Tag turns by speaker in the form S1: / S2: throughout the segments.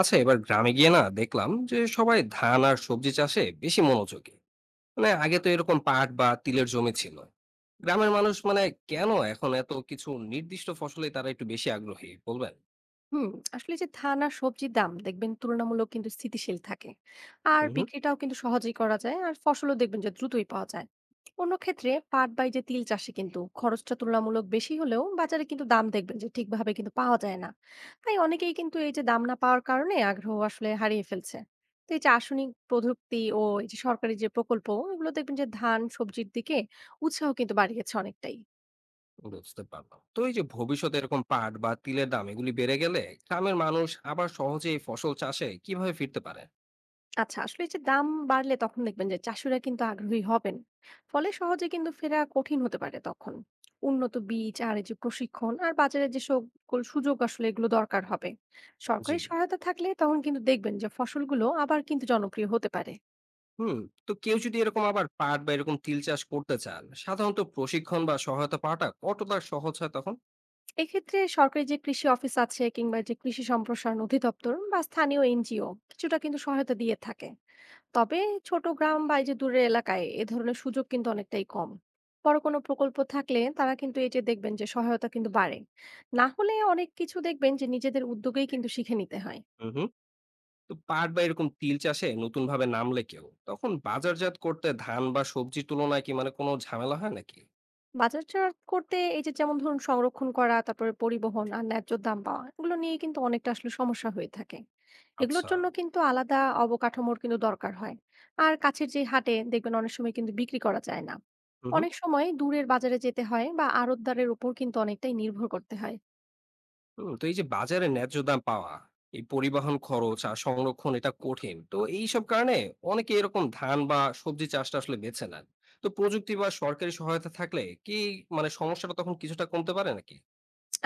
S1: আচ্ছা, এবার গ্রামে গিয়ে না দেখলাম যে সবাই ধান আর সবজি চাষে বেশি মনোযোগী। মানে আগে তো এরকম পাট বা তিলের জমি ছিল গ্রামের মানুষ। মানে কেন এখন এত কিছু নির্দিষ্ট ফসলে তারা একটু বেশি আগ্রহী, বলবেন?
S2: হুম। আসলে যে ধান আর সবজির দাম দেখবেন তুলনামূলক কিন্তু স্থিতিশীল থাকে। আর
S1: হুম,
S2: বিক্রিটাও কিন্তু সহজেই করা যায়, আর ফসলও দেখবেন যে দ্রুতই পাওয়া যায়। অন্য ক্ষেত্রে পাট বা এই যে তিল চাষে কিন্তু খরচটা তুলনামূলক বেশি হলেও বাজারে কিন্তু দাম দেখবেন যে ঠিকভাবে কিন্তু পাওয়া যায় না। তাই অনেকেই কিন্তু এই যে দাম না পাওয়ার কারণে আগ্রহ আসলে হারিয়ে ফেলছে। তো এই যে আধুনিক প্রযুক্তি ও এই যে সরকারি যে প্রকল্প, এগুলো দেখবেন যে ধান সবজির দিকে উৎসাহ কিন্তু বাড়িয়েছে অনেকটাই।
S1: বুঝতে পারলাম। তো এই যে ভবিষ্যতে এরকম পাট বা তিলের দাম এগুলি বেড়ে গেলে, গ্রামের মানুষ আবার সহজে এই ফসল চাষে কিভাবে ফিরতে পারে?
S2: আচ্ছা, আসলে এই যে দাম বাড়লে তখন দেখবেন যে চাষিরা কিন্তু আগ্রহী হবেন। ফলে সহজে কিন্তু ফেরা কঠিন হতে পারে তখন। উন্নত বীজ আর এই যে প্রশিক্ষণ আর বাজারে যে সকল সুযোগ আসলে এগুলো দরকার হবে।
S1: জি।
S2: সরকারি সহায়তা থাকলে তখন কিন্তু দেখবেন যে ফসলগুলো আবার কিন্তু জনপ্রিয় হতে পারে।
S1: হুম। তো কেউ যদি এরকম আবার পাট বা এরকম তিল চাষ করতে চান, সাধারণত প্রশিক্ষণ বা সহায়তা পাওয়াটা কতটা সহজ হয় তখন?
S2: এক্ষেত্রে সরকারি যে কৃষি অফিস আছে কিংবা যে কৃষি সম্প্রসারণ অধিদপ্তর বা স্থানীয় এনজিও কিছুটা কিন্তু সহায়তা দিয়ে থাকে। তবে ছোট গ্রাম বা এই যে দূরের এলাকায় এ ধরনের সুযোগ কিন্তু অনেকটাই কম। বড় কোনো প্রকল্প থাকলে তারা কিন্তু এই যে দেখবেন যে সহায়তা কিন্তু বাড়ে। না হলে অনেক কিছু দেখবেন যে নিজেদের উদ্যোগেই কিন্তু শিখে নিতে হয়।
S1: হুম। তো পাট বা এরকম তিল চাষে নতুন ভাবে নামলে কেউ তখন বাজারজাত করতে ধান বা সবজির তুলনায় কি মানে কোনো ঝামেলা হয় নাকি?
S2: বাজারজাত করতে এই যে যেমন ধরুন সংরক্ষণ করা, তারপরে পরিবহন আর ন্যায্য দাম পাওয়া, এগুলো নিয়ে কিন্তু অনেকটা আসলে সমস্যা হয়ে থাকে। এগুলোর
S1: আচ্ছা।
S2: জন্য কিন্তু আলাদা অবকাঠামোর কিন্তু দরকার হয়। আর কাছের যে হাটে দেখবেন অনেক সময় কিন্তু বিক্রি করা যায় না।
S1: হুম, হুম।
S2: অনেক সময় দূরের বাজারে যেতে হয় বা আড়তদারের উপর কিন্তু অনেকটাই নির্ভর করতে হয়।
S1: হুম, তো এই যে বাজারে ন্যায্য দাম পাওয়া, এই পরিবহন খরচ আর সংরক্ষণ এটা কঠিন, তো এইসব কারণে অনেকে এরকম ধান বা সবজি চাষটা আসলে বেছে নেন। তো প্রযুক্তি বা সরকারি সহায়তা থাকলে কি মানে সমস্যাটা তখন কিছুটা কমতে পারে নাকি?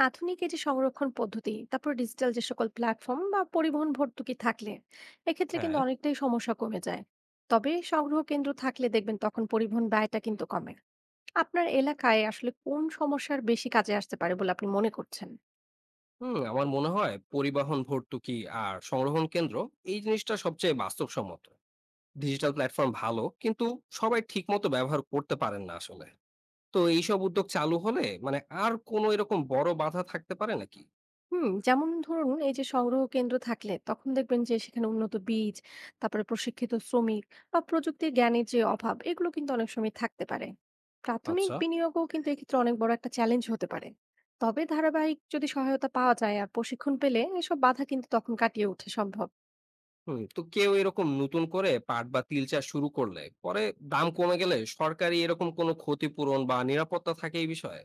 S2: আধুনিক এই যে সংরক্ষণ পদ্ধতি, তারপর ডিজিটাল যে সকল প্ল্যাটফর্ম বা পরিবহন ভর্তুকি থাকলে এক্ষেত্রে কিন্তু
S1: হ্যাঁ।
S2: অনেকটাই সমস্যা কমে যায়। তবে সংগ্রহ কেন্দ্র থাকলে দেখবেন তখন পরিবহন ব্যয়টা কিন্তু কমে। আপনার এলাকায় আসলে কোন সমস্যার বেশি কাজে আসতে পারে বলে আপনি মনে করছেন?
S1: হুম, আমার মনে হয় পরিবহন ভর্তুকি আর সংরক্ষণ কেন্দ্র এই জিনিসটা সবচেয়ে বাস্তবসম্মত। ডিজিটাল প্ল্যাটফর্ম ভালো, কিন্তু সবাই ঠিক মতো ব্যবহার করতে পারেন না আসলে। তো এইসব উদ্যোগ চালু হলে মানে আর কোনো এরকম বড় বাধা থাকতে পারে নাকি?
S2: হুম, যেমন ধরুন এই যে সংগ্রহ কেন্দ্র থাকলে তখন দেখবেন যে সেখানে উন্নত বীজ, তারপরে প্রশিক্ষিত শ্রমিক বা প্রযুক্তির জ্ঞানের যে অভাব, এগুলো কিন্তু অনেক সময় থাকতে পারে। প্রাথমিক
S1: আচ্ছা।
S2: বিনিয়োগও কিন্তু এক্ষেত্রে অনেক বড় একটা চ্যালেঞ্জ হতে পারে। তবে ধারাবাহিক যদি সহায়তা পাওয়া যায় আর প্রশিক্ষণ পেলে এসব বাধা কিন্তু তখন কাটিয়ে ওঠা সম্ভব।
S1: হুম, তো কেউ এরকম নতুন করে পাট বা তিল চাষ শুরু করলে পরে দাম কমে গেলে সরকারি এরকম কোনো ক্ষতিপূরণ বা নিরাপত্তা থাকে এই বিষয়ে?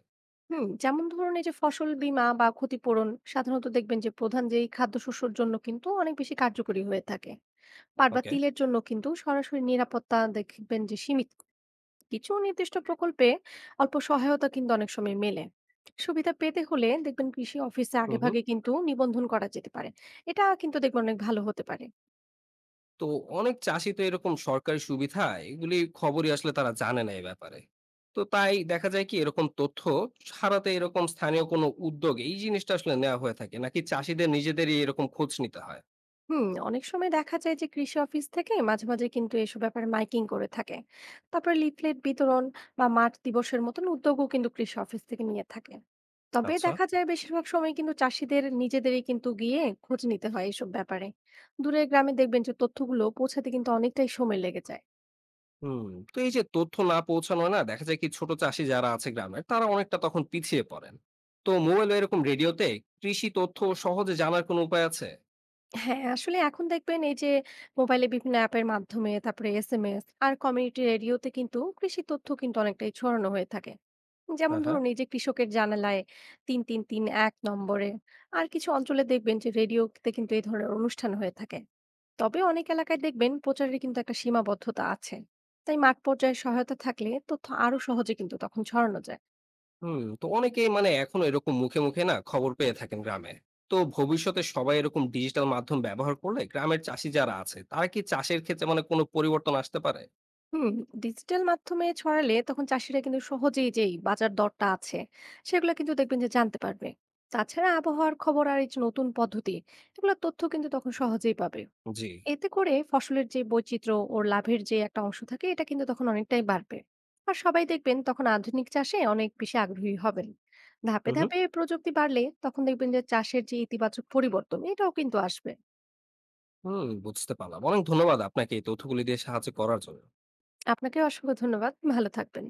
S2: হুম, যেমন ধরুন এই যে ফসল বীমা বা ক্ষতিপূরণ সাধারণত দেখবেন যে প্রধান যেই খাদ্যশস্যের জন্য কিন্তু অনেক বেশি কার্যকরী হয়ে থাকে। পাট বা
S1: ওকে।
S2: তিলের জন্য কিন্তু সরাসরি নিরাপত্তা দেখবেন যে সীমিত। কিছু নির্দিষ্ট প্রকল্পে অল্প সহায়তা কিন্তু অনেক সময় মেলে। সুবিধা পেতে হলে দেখবেন কৃষি অফিসে
S1: হুম, হুম।
S2: আগেভাগে কিন্তু নিবন্ধন করা যেতে পারে। এটা কিন্তু দেখবেন অনেক ভালো হতে পারে।
S1: তো অনেক চাষি তো এরকম সরকারি সুবিধা এগুলি খবরই আসলে তারা জানে না এই ব্যাপারে। তো তাই দেখা যায় কি এরকম তথ্য সারাতে এরকম স্থানীয় কোনো উদ্যোগ এই জিনিসটা আসলে নেওয়া হয়ে থাকে, নাকি চাষিদের নিজেদেরই এরকম খোঁজ নিতে হয়?
S2: হুম, অনেক সময় দেখা যায় যে কৃষি অফিস থেকে মাঝে মাঝে কিন্তু এসব ব্যাপারে মাইকিং করে থাকে। তারপরে লিফলেট বিতরণ বা মাঠ দিবসের মতন উদ্যোগও কিন্তু কৃষি অফিস থেকে নিয়ে থাকে। তবে
S1: আচ্ছা।
S2: দেখা যায় বেশিরভাগ সময় কিন্তু চাষিদের নিজেদেরই কিন্তু গিয়ে খোঁজ নিতে হয় এসব ব্যাপারে। দূরের গ্রামে দেখবেন যে তথ্যগুলো পৌঁছাতে কিন্তু অনেকটাই সময় লেগে যায়।
S1: হুম, তো এই যে তথ্য না পৌঁছানো, না দেখা যায় কি ছোট চাষি যারা আছে গ্রামের, তারা অনেকটা তখন পিছিয়ে পড়েন। তো মোবাইল এরকম রেডিওতে কৃষি তথ্য সহজে জানার কোনো উপায় আছে?
S2: হ্যাঁ, আসলে এখন দেখবেন এই যে মোবাইলে বিভিন্ন অ্যাপের মাধ্যমে, তারপরে এসএমএস আর কমিউনিটি রেডিওতে কিন্তু কৃষি তথ্য কিন্তু অনেকটাই ছড়ানো হয়ে থাকে। যেমন
S1: হ্যাঁ, হ্যাঁ।
S2: ধরুন এই যে কৃষকের জানালায় 3331 নম্বরে। আর কিছু অঞ্চলে দেখবেন যে রেডিওতে কিন্তু এই ধরনের অনুষ্ঠান হয়ে থাকে। তবে অনেক এলাকায় দেখবেন প্রচারের কিন্তু একটা সীমাবদ্ধতা আছে। তাই মাঠ পর্যায়ে সহায়তা থাকলে তথ্য আরো সহজে কিন্তু তখন ছড়ানো যায়।
S1: হুম, তো অনেকেই মানে এখনো এরকম মুখে মুখে না খবর পেয়ে থাকেন গ্রামে। তো ভবিষ্যতে সবাই এরকম ডিজিটাল মাধ্যম ব্যবহার করলে গ্রামের চাষি যারা আছে তারা কি চাষের ক্ষেত্রে মানে কোনো পরিবর্তন আসতে পারে?
S2: হুম, ডিজিটাল মাধ্যমে ছড়ালে তখন চাষিরা কিন্তু সহজেই যেই বাজার দরটা আছে সেগুলো কিন্তু দেখবেন যে জানতে পারবে। তাছাড়া আবহাওয়ার খবর আর এই যে নতুন পদ্ধতি, এগুলোর তথ্য কিন্তু তখন সহজেই পাবে।
S1: জি।
S2: এতে করে ফসলের যে বৈচিত্র্য ওর লাভের যে একটা অংশ থাকে এটা কিন্তু তখন অনেকটাই বাড়বে। আর সবাই দেখবেন তখন আধুনিক চাষে অনেক বেশি আগ্রহী হবেন। ধাপে
S1: হুম, হুম।
S2: ধাপে প্রযুক্তি বাড়লে তখন দেখবেন যে চাষের যে ইতিবাচক পরিবর্তন এটাও কিন্তু আসবে।
S1: হুম, বুঝতে পারলাম। অনেক ধন্যবাদ আপনাকে এই তথ্যগুলি দিয়ে সাহায্য করার জন্য।
S2: আপনাকে অসংখ্য ধন্যবাদ, ভালো থাকবেন।